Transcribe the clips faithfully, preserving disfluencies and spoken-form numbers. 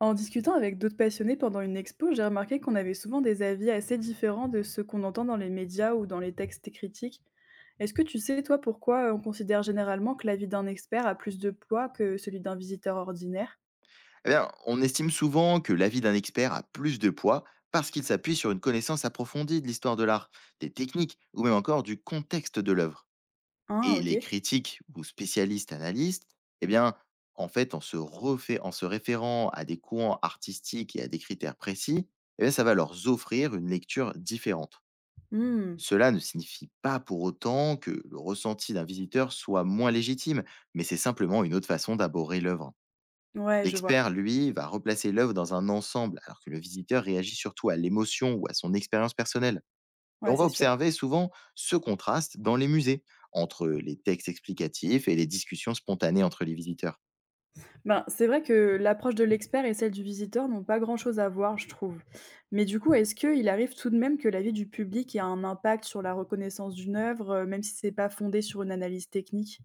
En discutant avec d'autres passionnés pendant une expo, j'ai remarqué qu'on avait souvent des avis assez différents de ceux qu'on entend dans les médias ou dans les textes critiques. Est-ce que tu sais, toi, pourquoi euh, on considère généralement que l'avis d'un expert a plus de poids que celui d'un visiteur ordinaire? Eh bien, on estime souvent que l'avis d'un expert a plus de poids parce qu'il s'appuie sur une connaissance approfondie de l'histoire de l'art, des techniques ou même encore du contexte de l'œuvre. Hein, Et les ok. critiques ou spécialistes analystes, eh bien, en fait, en se, refait, en se référant à des courants artistiques et à des critères précis, eh bien, ça va leur offrir une lecture différente. Hmm, Cela ne signifie pas pour autant que le ressenti d'un visiteur soit moins légitime, mais c'est simplement une autre façon d'aborder l'œuvre. ouais, je vois. L'expert, lui, va replacer l'œuvre dans un ensemble, alors que le visiteur réagit surtout à l'émotion ou à son expérience personnelle. Et on Ouais, va c'est sûr. observer souvent ce contraste dans les musées, entre les textes explicatifs et les discussions spontanées entre les visiteurs. Ben, c'est vrai que l'approche de l'expert et celle du visiteur n'ont pas grand-chose à voir, je trouve. Mais du coup, est-ce qu'il arrive tout de même que l'avis du public ait un impact sur la reconnaissance d'une œuvre, euh, même si c'est pas fondé sur une analyse technique?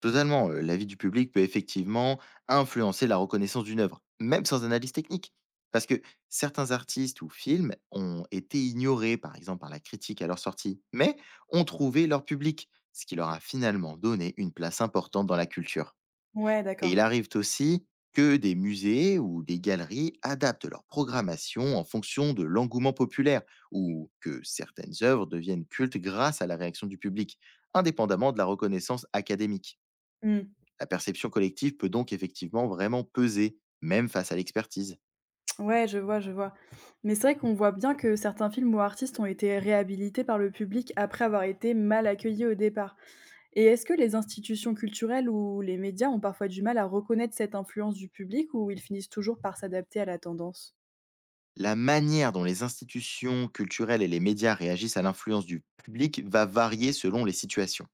Totalement, euh, l'avis du public peut effectivement influencer la reconnaissance d'une œuvre, même sans analyse technique. Parce que certains artistes ou films ont été ignorés, par exemple, par la critique à leur sortie, mais ont trouvé leur public, ce qui leur a finalement donné une place importante dans la culture. Ouais, Et il d'accord. arrive aussi que des musées ou des galeries adaptent leur programmation en fonction de l'engouement populaire ou que certaines œuvres deviennent cultes grâce à la réaction du public, indépendamment de la reconnaissance académique. Mmh. La perception collective peut donc effectivement vraiment peser, même face à l'expertise. Ouais, je vois, je vois. Mais c'est vrai qu'on voit bien que certains films ou artistes ont été réhabilités par le public après avoir été mal accueillis au départ. Et est-ce que les institutions culturelles ou les médias ont parfois du mal à reconnaître cette influence du public, ou ils finissent toujours par s'adapter à la tendance? La manière dont les institutions culturelles et les médias réagissent à l'influence du public va varier selon les situations.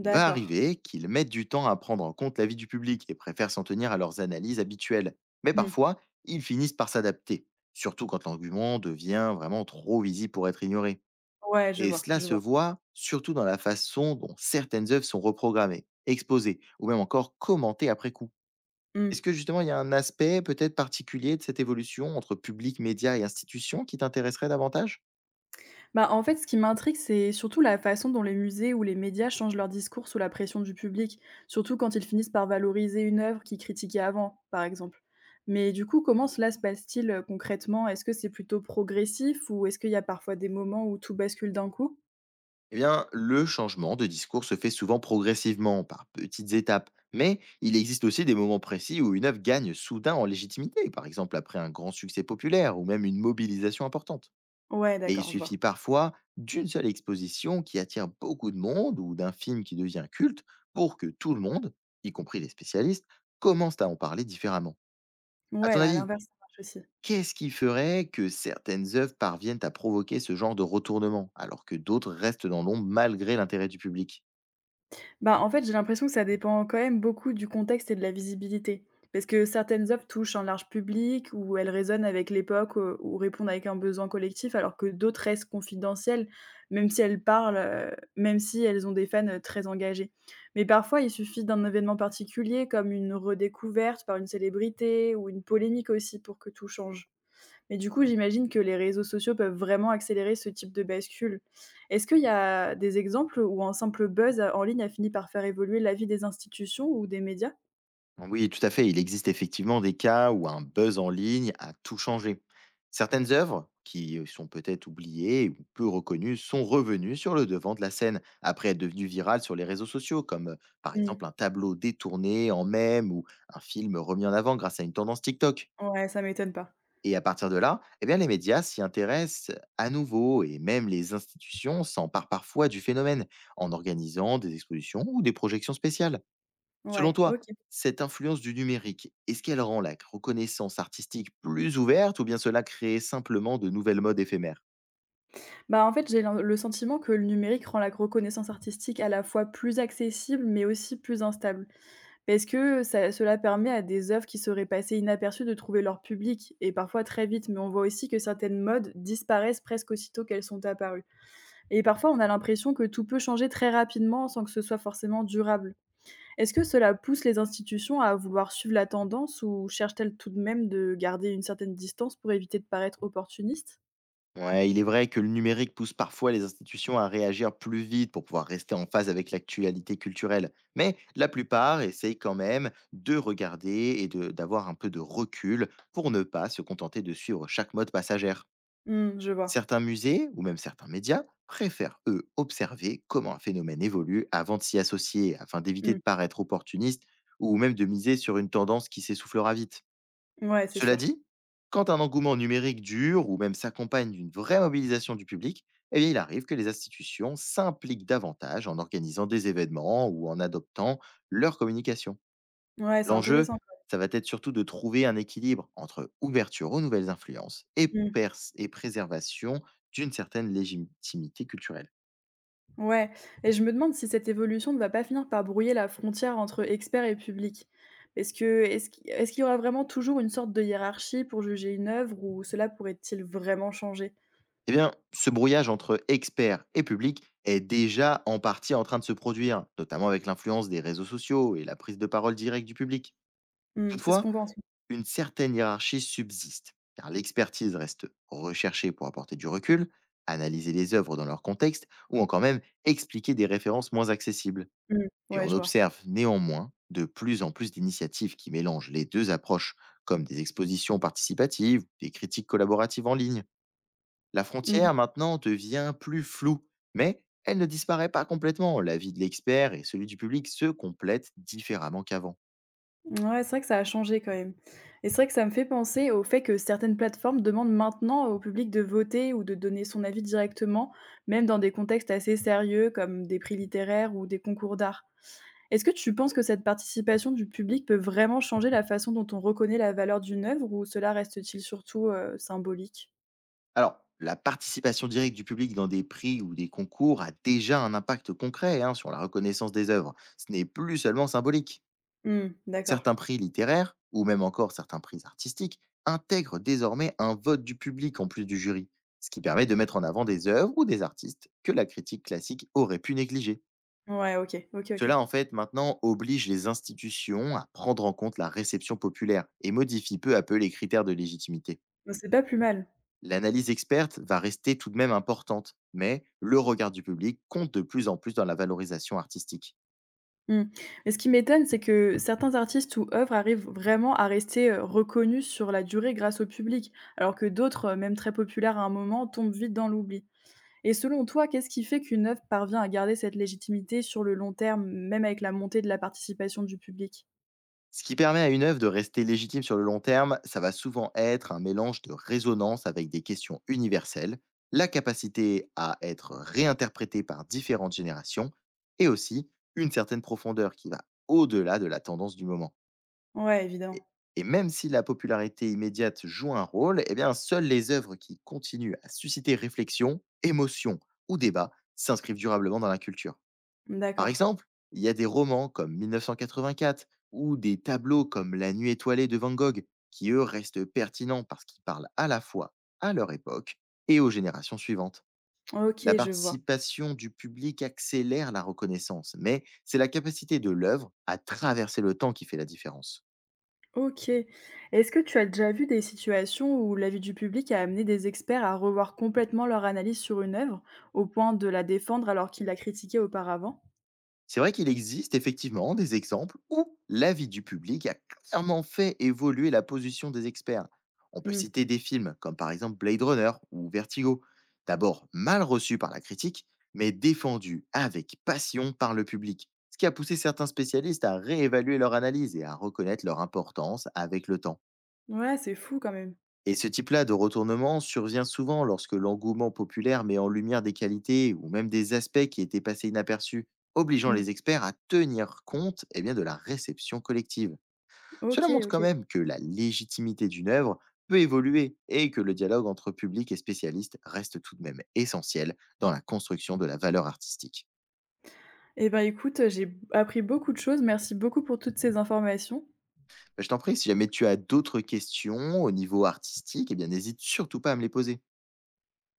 Il va arriver qu'ils mettent du temps à prendre en compte l'avis du public et préfèrent s'en tenir à leurs analyses habituelles. Mais Mmh. parfois, ils finissent par s'adapter, surtout quand l'argument devient vraiment trop visible pour être ignoré. Ouais, je Et vois, cela je se vois. voit surtout dans la façon dont certaines œuvres sont reprogrammées, exposées ou même encore commentées après coup. Mmh. Est-ce que justement il y a un aspect peut-être particulier de cette évolution entre public, médias et institutions qui t'intéresserait davantage? Bah, en fait, ce qui m'intrigue, c'est surtout la façon dont les musées ou les médias changent leur discours sous la pression du public, surtout quand ils finissent par valoriser une œuvre qu'ils critiquaient avant, par exemple. Mais du coup, comment cela se passe-t-il euh, concrètement? Est-ce que c'est plutôt progressif ou est-ce qu'il y a parfois des moments où tout bascule d'un coup? Eh bien, le changement de discours se fait souvent progressivement, par petites étapes. Mais il existe aussi des moments précis où une œuvre gagne soudain en légitimité, par exemple après un grand succès populaire ou même une mobilisation importante. Ouais, Et il d'accord, je vois. suffit parfois d'une seule exposition qui attire beaucoup de monde ou d'un film qui devient culte pour que tout le monde, y compris les spécialistes, commence à en parler différemment. À Ouais, ton à avis, l'inverse, ça marche aussi. qu'est-ce qui ferait que certaines œuvres parviennent à provoquer ce genre de retournement alors que d'autres restent dans l'ombre malgré l'intérêt du public? Bah, en fait, j'ai l'impression que ça dépend quand même beaucoup du contexte et de la visibilité. Parce que certaines œuvres touchent un large public ou elles résonnent avec l'époque heu, ou répondent avec un besoin collectif, alors que d'autres restent confidentielles, même si elles parlent, heu, même si elles ont des fans, heu, très engagés. Mais parfois, il suffit d'un événement particulier, comme une redécouverte par une célébrité ou une polémique aussi, pour que tout change. Mais du coup, j'imagine que les réseaux sociaux peuvent vraiment accélérer ce type de bascule. Est-ce qu'il y a des exemples où un simple buzz en ligne a fini par faire évoluer la vie des institutions ou des médias? Oui, tout à fait. Il existe effectivement des cas où un buzz en ligne a tout changé. Certaines œuvres, qui sont peut-être oubliées ou peu reconnues, sont revenues sur le devant de la scène, après être devenues virales sur les réseaux sociaux, comme euh, par Mmh. exemple un tableau détourné en mème ou un film remis en avant grâce à une tendance TikTok. Ouais, ça m'étonne pas. Et à partir de là, eh bien, les médias s'y intéressent à nouveau et même les institutions s'emparent parfois du phénomène en organisant des expositions ou des projections spéciales. Selon Ouais, toi, OK. cette influence du numérique, est-ce qu'elle rend la reconnaissance artistique plus ouverte ou bien cela crée simplement de nouvelles modes éphémères? Bah, en fait, j'ai l'en le sentiment que le numérique rend la reconnaissance artistique à la fois plus accessible, mais aussi plus instable. Parce que ça cela permet à des œuvres qui seraient passées inaperçues de trouver leur public, et parfois très vite. Mais on voit aussi que certaines modes disparaissent presque aussitôt qu'elles sont apparues. Et parfois, on a l'impression que tout peut changer très rapidement sans que ce soit forcément durable. Est-ce que cela pousse les institutions à vouloir suivre la tendance, ou cherchent-elles tout de même de garder une certaine distance pour éviter de paraître opportuniste? Ouais, il est vrai que le numérique pousse parfois les institutions à réagir plus vite pour pouvoir rester en phase avec l'actualité culturelle. Mais la plupart essayent quand même de regarder et de- d'avoir un peu de recul pour ne pas se contenter de suivre chaque mode passagère. Mmh, je vois. Certains musées ou même certains médias préfèrent, eux, observer comment un phénomène évolue avant de s'y associer, afin d'éviter de Mmh. paraître opportuniste ou même de miser sur une tendance qui s'essoufflera vite. Ouais, c'est Cela sûr. dit, quand un engouement numérique dure ou même s'accompagne d'une vraie mobilisation du public, eh bien, il arrive que les institutions s'impliquent davantage en organisant des événements ou en adoptant leur communication. Ouais, c'est L'enjeu, intéressant. ça va être surtout de trouver un équilibre entre ouverture aux nouvelles influences et, Mmh. pers- et préservation d'une certaine légitimité culturelle. Ouais. Et je me demande si cette évolution ne va pas finir par brouiller la frontière entre experts et public. Est-ce que, est-ce qu'il est-ce qu'il y aura vraiment toujours une sorte de hiérarchie pour juger une œuvre, ou cela pourrait-il vraiment changer? Eh bien, ce brouillage entre experts et public est déjà en partie en train de se produire, notamment avec l'influence des réseaux sociaux et la prise de parole directe du public. Mmh, c'est ce Toutefois, qu'on pense. une certaine hiérarchie subsiste, car l'expertise reste recherchée pour apporter du recul, analyser les œuvres dans leur contexte ou encore même expliquer des références moins accessibles. Mmh, Et ouais, on je vois. observe néanmoins de plus en plus d'initiatives qui mélangent les deux approches, comme des expositions participatives, des critiques collaboratives en ligne. La Mmh. frontière maintenant devient plus floue, mais elle ne disparaît pas complètement. L'avis de l'expert et celui du public se complètent différemment qu'avant. Ouais, c'est vrai que ça a changé quand même, et c'est vrai que ça me fait penser au fait que certaines plateformes demandent maintenant au public de voter ou de donner son avis directement, même dans des contextes assez sérieux comme des prix littéraires ou des concours d'art. Est-ce que tu penses que cette participation du public peut vraiment changer la façon dont on reconnaît la valeur d'une œuvre, ou cela reste-t-il surtout, heu, symbolique? Alors, la participation directe du public dans des prix ou des concours a déjà un impact concret hein, sur la reconnaissance des œuvres. Ce n'est plus seulement symbolique. Mmh, d'accord. Certains prix littéraires, ou même encore certains prix artistiques, intègrent désormais un vote du public en plus du jury, ce qui permet de mettre en avant des œuvres ou des artistes que la critique classique aurait pu négliger. Ouais, OK, OK, Cela, OK. en fait, maintenant oblige les institutions à prendre en compte la réception populaire et modifie peu à peu les critères de légitimité. Bah, c'est pas plus mal. L'analyse experte va rester tout de même importante, mais le regard du public compte de plus en plus dans la valorisation artistique. Mmh. Mais ce qui m'étonne, c'est que certains artistes ou œuvres arrivent vraiment à rester, heu, reconnus sur la durée grâce au public, alors que d'autres, heu, même très populaires à un moment, tombent vite dans l'oubli. Et selon toi, qu'est-ce qui fait qu'une œuvre parvient à garder cette légitimité sur le long terme, même avec la montée de la participation du public? Ce qui permet à une œuvre de rester légitime sur le long terme, ça va souvent être un mélange de résonance avec des questions universelles, la capacité à être réinterprétée par différentes générations, et aussi une certaine profondeur qui va au-delà de la tendance du moment. Ouais, Et, évidemment. et même si la popularité immédiate joue un rôle, eh bien, seules les œuvres qui continuent à susciter réflexion, émotion ou débat s'inscrivent durablement dans la culture. Par D'accord. exemple, il y a des romans comme mille neuf cent quatre-vingt-quatre ou des tableaux comme La nuit étoilée de Van Gogh qui, eux, restent pertinents parce qu'ils parlent à la fois à leur époque et aux générations suivantes. La OK, je vois. participation du public accélère la reconnaissance, mais c'est la capacité de l'œuvre à traverser le temps qui fait la différence. OK. Est-ce que tu as déjà vu des situations où l'avis du public a amené des experts à revoir complètement leur analyse sur une œuvre, au point de la défendre alors qu'ils la critiquaient auparavant? C'est vrai qu'il existe effectivement des exemples où l'avis du public a clairement fait évoluer la position des experts. On peut Mmh. citer des films comme par exemple Blade Runner ou Vertigo, d'abord mal reçus par la critique, mais défendus avec passion par le public, ce qui a poussé certains spécialistes à réévaluer leur analyse et à reconnaître leur importance avec le temps. Ouais, c'est fou quand même. Et ce type-là de retournement survient souvent lorsque l'engouement populaire met en lumière des qualités ou même des aspects qui étaient passés inaperçus, obligeant Mmh. les experts à tenir compte eh bien, de la réception collective. Cela OK, montre quand OK. même que la légitimité d'une œuvre peut évoluer et que le dialogue entre public et spécialiste reste tout de même essentiel dans la construction de la valeur artistique. Et ben écoute, j'ai appris beaucoup de choses. Merci beaucoup pour toutes ces informations. Bah, je t'en prie, si jamais tu as d'autres questions au niveau artistique, eh bien n'hésite surtout pas à me les poser.